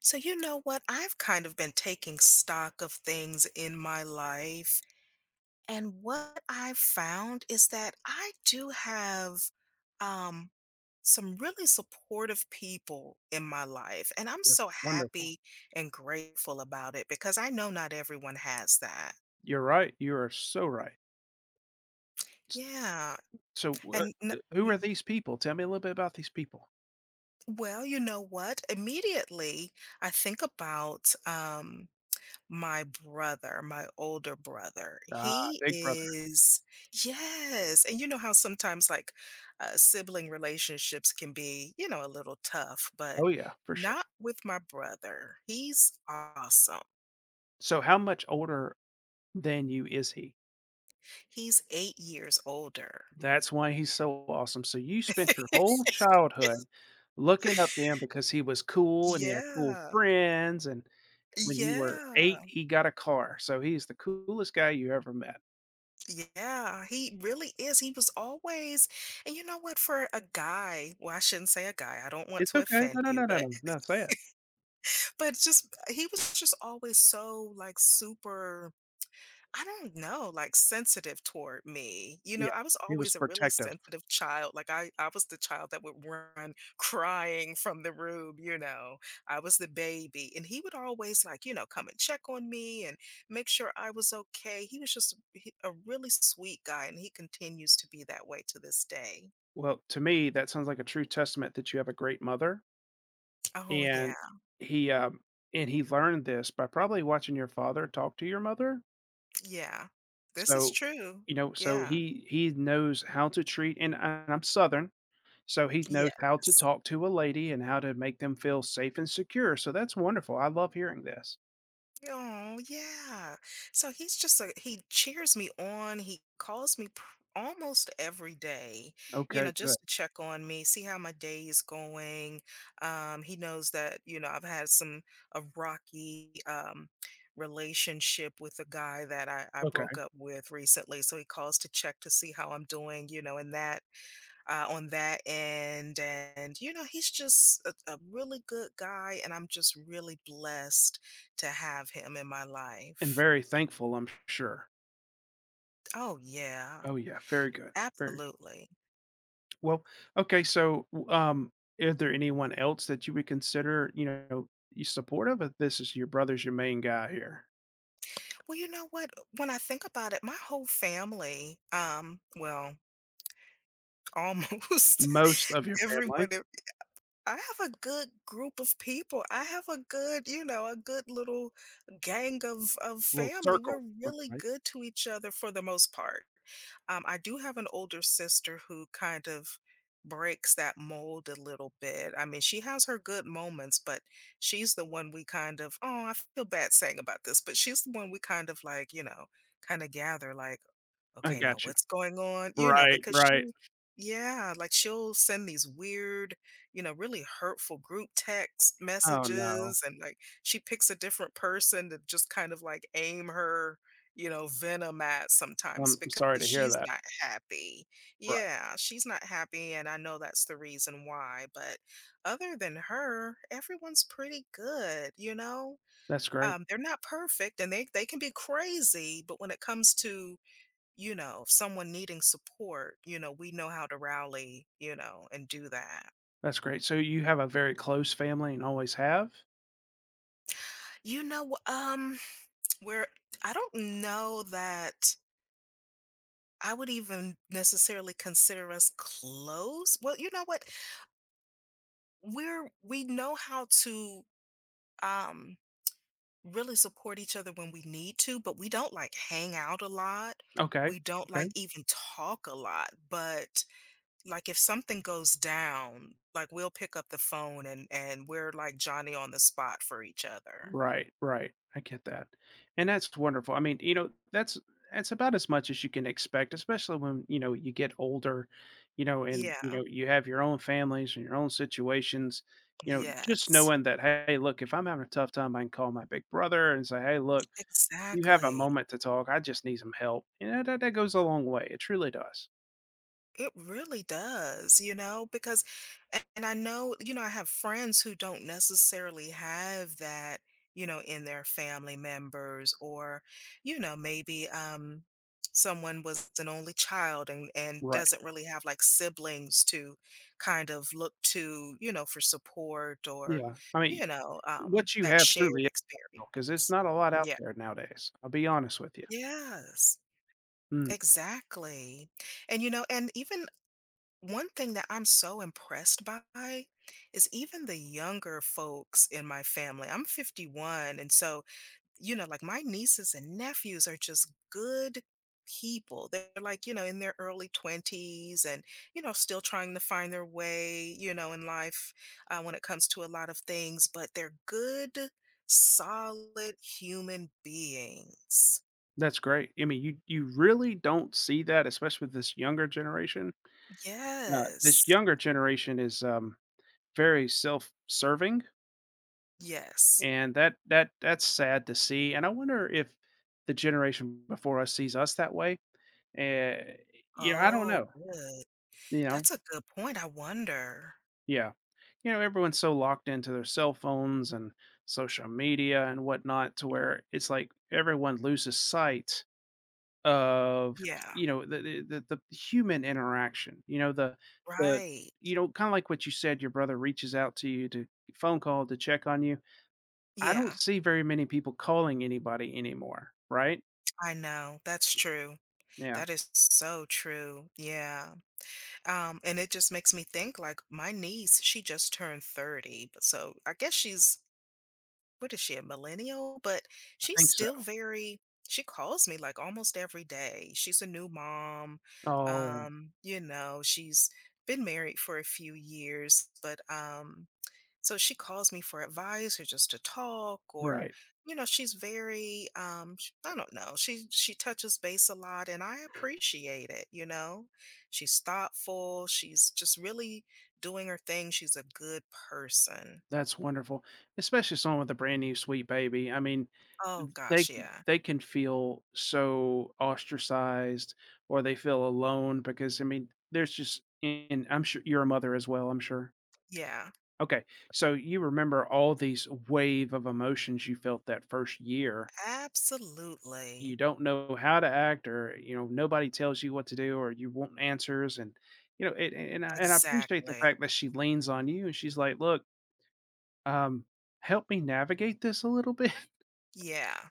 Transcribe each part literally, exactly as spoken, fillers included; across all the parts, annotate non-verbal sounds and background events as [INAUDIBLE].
So, you know what? I've kind of been taking stock of things in my life. And what I've found is that I do have um, some really supportive people in my life. And I'm That's so wonderful. happy and grateful about it because I know not everyone has that. You're right, you are so right. S Yeah. so what And n- th who n- are these people? Tell me a little bit about these people. well, You know what? Immediately, I think about um, my brother. My older brother, Ah, he Big Brother. is yes, and you know how sometimes, like, uh, sibling relationships can be, you know, a little tough, but Oh, yeah, for sure. not with my brother. He's awesome. So how much older than you is he? He's eight years older. That's why he's so awesome. So you spent your whole childhood looking up to [LAUGHS] him because he was cool and he had cool Yeah. friends, and when you were eight, Yeah. he got a car, so he's the coolest guy you ever met. Yeah, he really is. He was always, and you know what, for a guy, well, I shouldn't say a guy, I don't want It's to okay. offend No, no, you, no, no, but no. No, say it. But just he was just always so, like, super, I don't know, like, sensitive toward me. You know, Yeah, I was he was always a really protective. sensitive child, like, I I was the child that would run [LAUGHS] crying from the room. You know, I was the baby, and he would always, like, you know, come and check on me and make sure I was okay. He was just he a really sweet guy, and he continues to be that way to this day. Well, to me, that sounds like a true testament that you have a great mother, Oh, yeah, and he, um and he learned this by probably watching your father talk to your mother. yeah. This is So, true. you know, so Yeah. he he knows how to treat and and I'm Southern, so he knows how to Yes. talk to a lady and how to make them feel safe and secure, so that's wonderful, I love hearing this. Oh, yeah. So he's just a he cheers me on. He calls me pr- almost every day, you Okay, know, good, just to check on me, see how my day is going. Um, he knows that, you know, I've had some a rocky um relationship with a guy that I, I okay, broke up with recently. So he calls to check to see how I'm doing, you know, and that uh, on that end. And, you know, he's just a, a really good guy. And I'm just really blessed to have him in my and life. very thankful, I'm sure. Oh, yeah. Oh, yeah, very good, very. Absolutely. Well, okay, so, w um, is there anyone else that you would consider, you know, you supportive of this is your brother's your main guy here? Well, you know what? When I think about it, my whole family, um, well, almost Most [LAUGHS] of your family, everyone. I have a good group of people. I have a good, you know, a good little gang of of little family. circle, We're really right? good to each other for the most part. Um, I do have an older sister who kind of breaks that mold a little bit. I mean, she has her good moments, but she's the one we kind of, oh, I feel bad saying about this, but she's the one we kind of like, you know, kind of gather like, I okay, now got you. what's going on? You know, Right, because right. she yeah, like she'll send these weird, you know, really hurtful group text Oh, no. messages, and like she picks a different person to just kind of like aim her, you know, venom at sometimes I'm because sorry to hear she's that. not happy. Right. Yeah, she's not happy, and I know that's the reason why, but other than her, everyone's pretty good, you know? That's great. Um, they're not perfect and they they can be crazy, but when it comes to, you know, someone needing support, you know, we know how to rally, you know, and do that. That's great. So you have a very close family and always have? You know, um, [SNIFFS] [TSK] where I don't know that I would even necessarily consider us close. Well, you know what? We're we know how to um really support each other when we need to, but we don't like hang out a lot. Okay. We don't Okay. like even talk a lot, but like if something goes down, like we'll pick up the phone and and we're like Johnny on the spot for each other. Right, right. I get that. And that's wonderful. I mean, you know, that's that's about as much as you can expect, especially when, you know, you get older, you know, and you Yeah. know, you have your own families and your own situations, you know, just Yes. knowing that, hey, look, if I'm having a tough time, I can call my big brother and say, hey, look, you have a Exactly. moment to talk. I just need some help. You know, that, that goes a long way. It truly does. It really does, you know, because, a- and I know, you know, I have friends who don't necessarily have that, you know, in their family members, or, you know, maybe um, someone was an only child and and Right. doesn't really have like siblings to kind of look to, you know, for support, or, Yeah. I mean, you know, um, what you that have shared truly is because it's experience. not a lot out Yeah. there nowadays. I'll be honest with you. Yes. Mm. Exactly. And you know, and even one thing that I'm so impressed by is even the younger folks in my family. I'm fifty-one. And so, you know, like my nieces and nephews are just good people. They're like, you know, in their early twenties and, you know, still trying to find their way, you know, in life uh, when it comes to a lot of things, but they're good, solid human beings. That's great. I mean, you you really don't see that, especially with this younger generation. Uh, this Yes. younger generation is um, very self-serving, Yes. and that that that's sad to see. And I wonder if the generation before us sees us that way. Uh, you know, I don't Oh, know. good. You know, That's a good point, I wonder. yeah, you know, everyone's so locked into their cell phones and social media and whatnot, to where it's like everyone loses sight of, Yeah, you know, the the the the human interaction, you know, the the right. you know, kinda like what you said, your brother reaches out to you to phone call to check on you. I don't Yeah, see very many people calling anybody anymore, right? I know, that's true. Yeah, That is so true, yeah. Um, and it just makes me think, like, my niece, she just turned thirty, but so I guess she's what is she, a millennial? But I she's think so. still very she calls me, like, almost every day. She's a new mom, Oh, um, you know, she's been married for a few years, but, um, so if she calls me for advice or just to talk or right. you know she's very um sh- I don't know she she touches base a lot and I appreciate it, you know, she's thoughtful, she's just really doing her thing, she's a good person. That's wonderful, especially someone with a brand new sweet baby. I mean, Oh gosh they yeah. they can feel so ostracized or they feel alone because, I mean, there's just and I'm sure you're a mother as well, I'm sure. Yeah. Okay. So you remember all these wave of emotions you felt that first year. You Absolutely. don't know how to act or, you know, nobody tells you what to do or you want answers. And, you know, it, and, I, and I appreciate the Exactly. fact that she leans on you and she's like, look, um, help me navigate this a little bit. [LAUGHS] Yeah.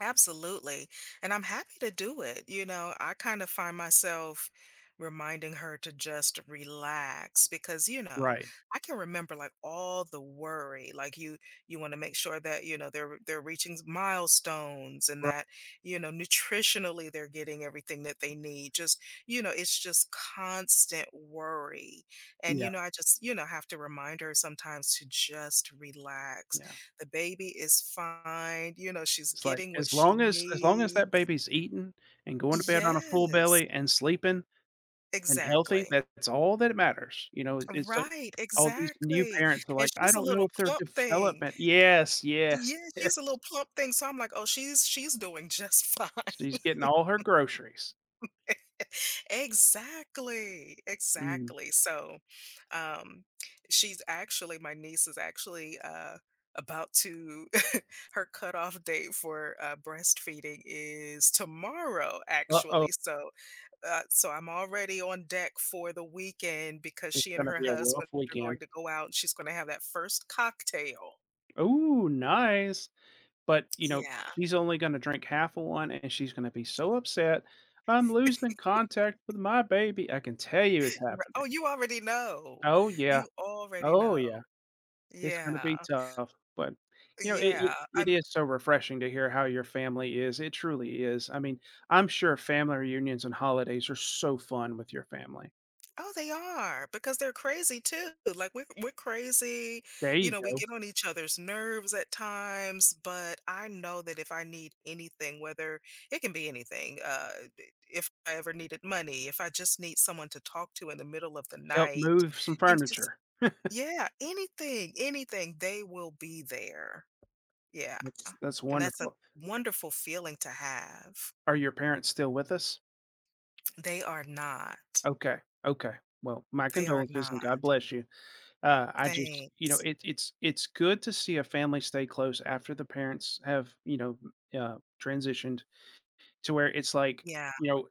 Absolutely. And I'm happy to do it. You know, I kind of find myself reminding her to just relax because, you know, Right. I can remember like all the worry. Like you you want to make sure that, you know, they're they're reaching milestones, and Right. that, you know, nutritionally they're getting everything that they need. Just, you know, it's just constant worry. And, Yeah. you know, I just, you know, have to remind her sometimes to just relax. Yeah. The baby is fine, you know, she's It's like, getting what as she long as, as long as that needs. baby's eating and going to bed on a full Yes, belly and sleeping, and healthy, exactly. that's all that matters, you know, it's so Right, all these new exactly, parents are and like, "I she's a don't know little if their plump thing. development." Yes, yes, Yeah, she's a yes. little plump thing, so I'm like, "Oh, she's she's doing just fine." She's [LAUGHS] getting all her groceries. Exactly, Mm. exactly, so, um, she's actually my niece is actually, uh, about to [LAUGHS] her cutoff date for, uh, breastfeeding is tomorrow, Uh-oh, actually, so Uh, so I'm already on deck for the weekend because it's she and gonna her be a rough husband are weekend. going to go out and she's going to have that first cocktail. Ooh, nice, but, you know, Yeah. she's only gonna drink half of one, and she's gonna be so upset, "I'm losing contact with my baby." I can tell you it's Ri Oh, happening. you already know. Oh, yeah. You already Oh, know. yeah. It's gonna Yeah. be tough, but, you know, it it Yeah. it is so refreshing to hear how your family is, it truly is. I mean, I'm sure family reunions and holidays are so fun with your family. Oh, they are, because they're crazy too. Like we're we're crazy, There you you know, we go. get on each other's nerves at times, but I know that if I need anything, whether it can be anything, uh, d- if I ever needed money, if I just need someone to talk to in the middle of the Help night, move some you know, just furniture. yeah, anything, anything, they will be there. Yeah. That's that's And that's a wonderful. wonderful feeling to have. Are your parents still with us? They are not. Okay, okay. Well, my They are condolences and God not. bless you. Uh, I just you know, Thanks. it it's it's good to see a family stay close after the parents have, you know, uh, transitioned to where it's like, Yeah, you know.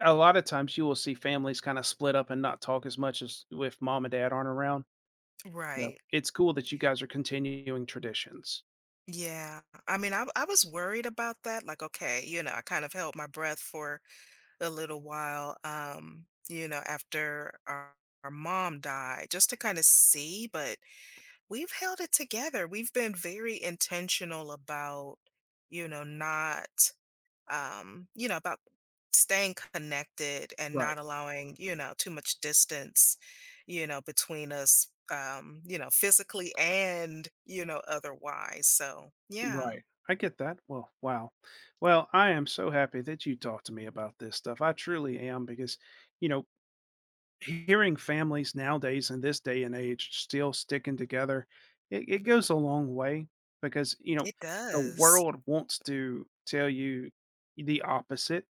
A lot of times you will see families kinda split up and not talk as much as if mom and dad aren't around. Yep. right. It's cool that you guys are continuing traditions. Yeah. I mean, I I was worried about that. Like, okay, you know, I kind of held my breath for a little while, um, you know, after our, our mom died, just to kind of see, but we've held it together. We've been very intentional about, you know, not um, you know, about staying connected and Right, not allowing, you know, too much distance, you know, between us um, you know, physically and, you know, otherwise. So, yeah. right. I get that. Well, wow. Well, I am so happy that you talked to me about this stuff. I truly am because, you know, hearing families nowadays in this day and age still sticking together, it it goes a long way because, you know, It the does. world wants to tell you the opposite.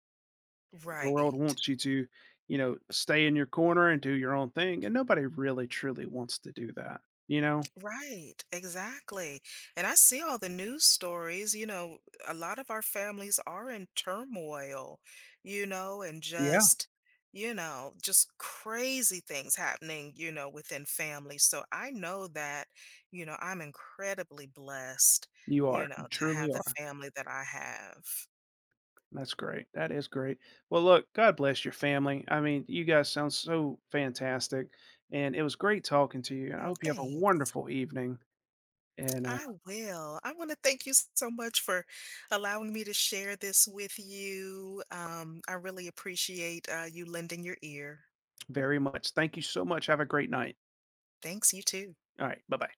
The world Right. wants you to, you know, stay in your corner and do your own thing, and nobody really truly wants to do that, you know? Right. Exactly. And I see all the news stories, you know, a lot of our families are in turmoil, you know, and Yeah. just, you know, just crazy things happening, you know, within families. So I know that, you know, I'm incredibly blessed, You you are, know, you to have truly the are. family that I have. That's great. That is great. Well, look, God bless your family. I mean, you guys sound so fantastic, and it was great talking to you, and I Oh, hope you have a thanks. wonderful evening and, uh, I will. I want to thank you so much for allowing me to share this with you. Um, I really appreciate uh, you lending your ear. very much. Thank you so much. Have a great night. Thanks, you too. All right, bye-bye.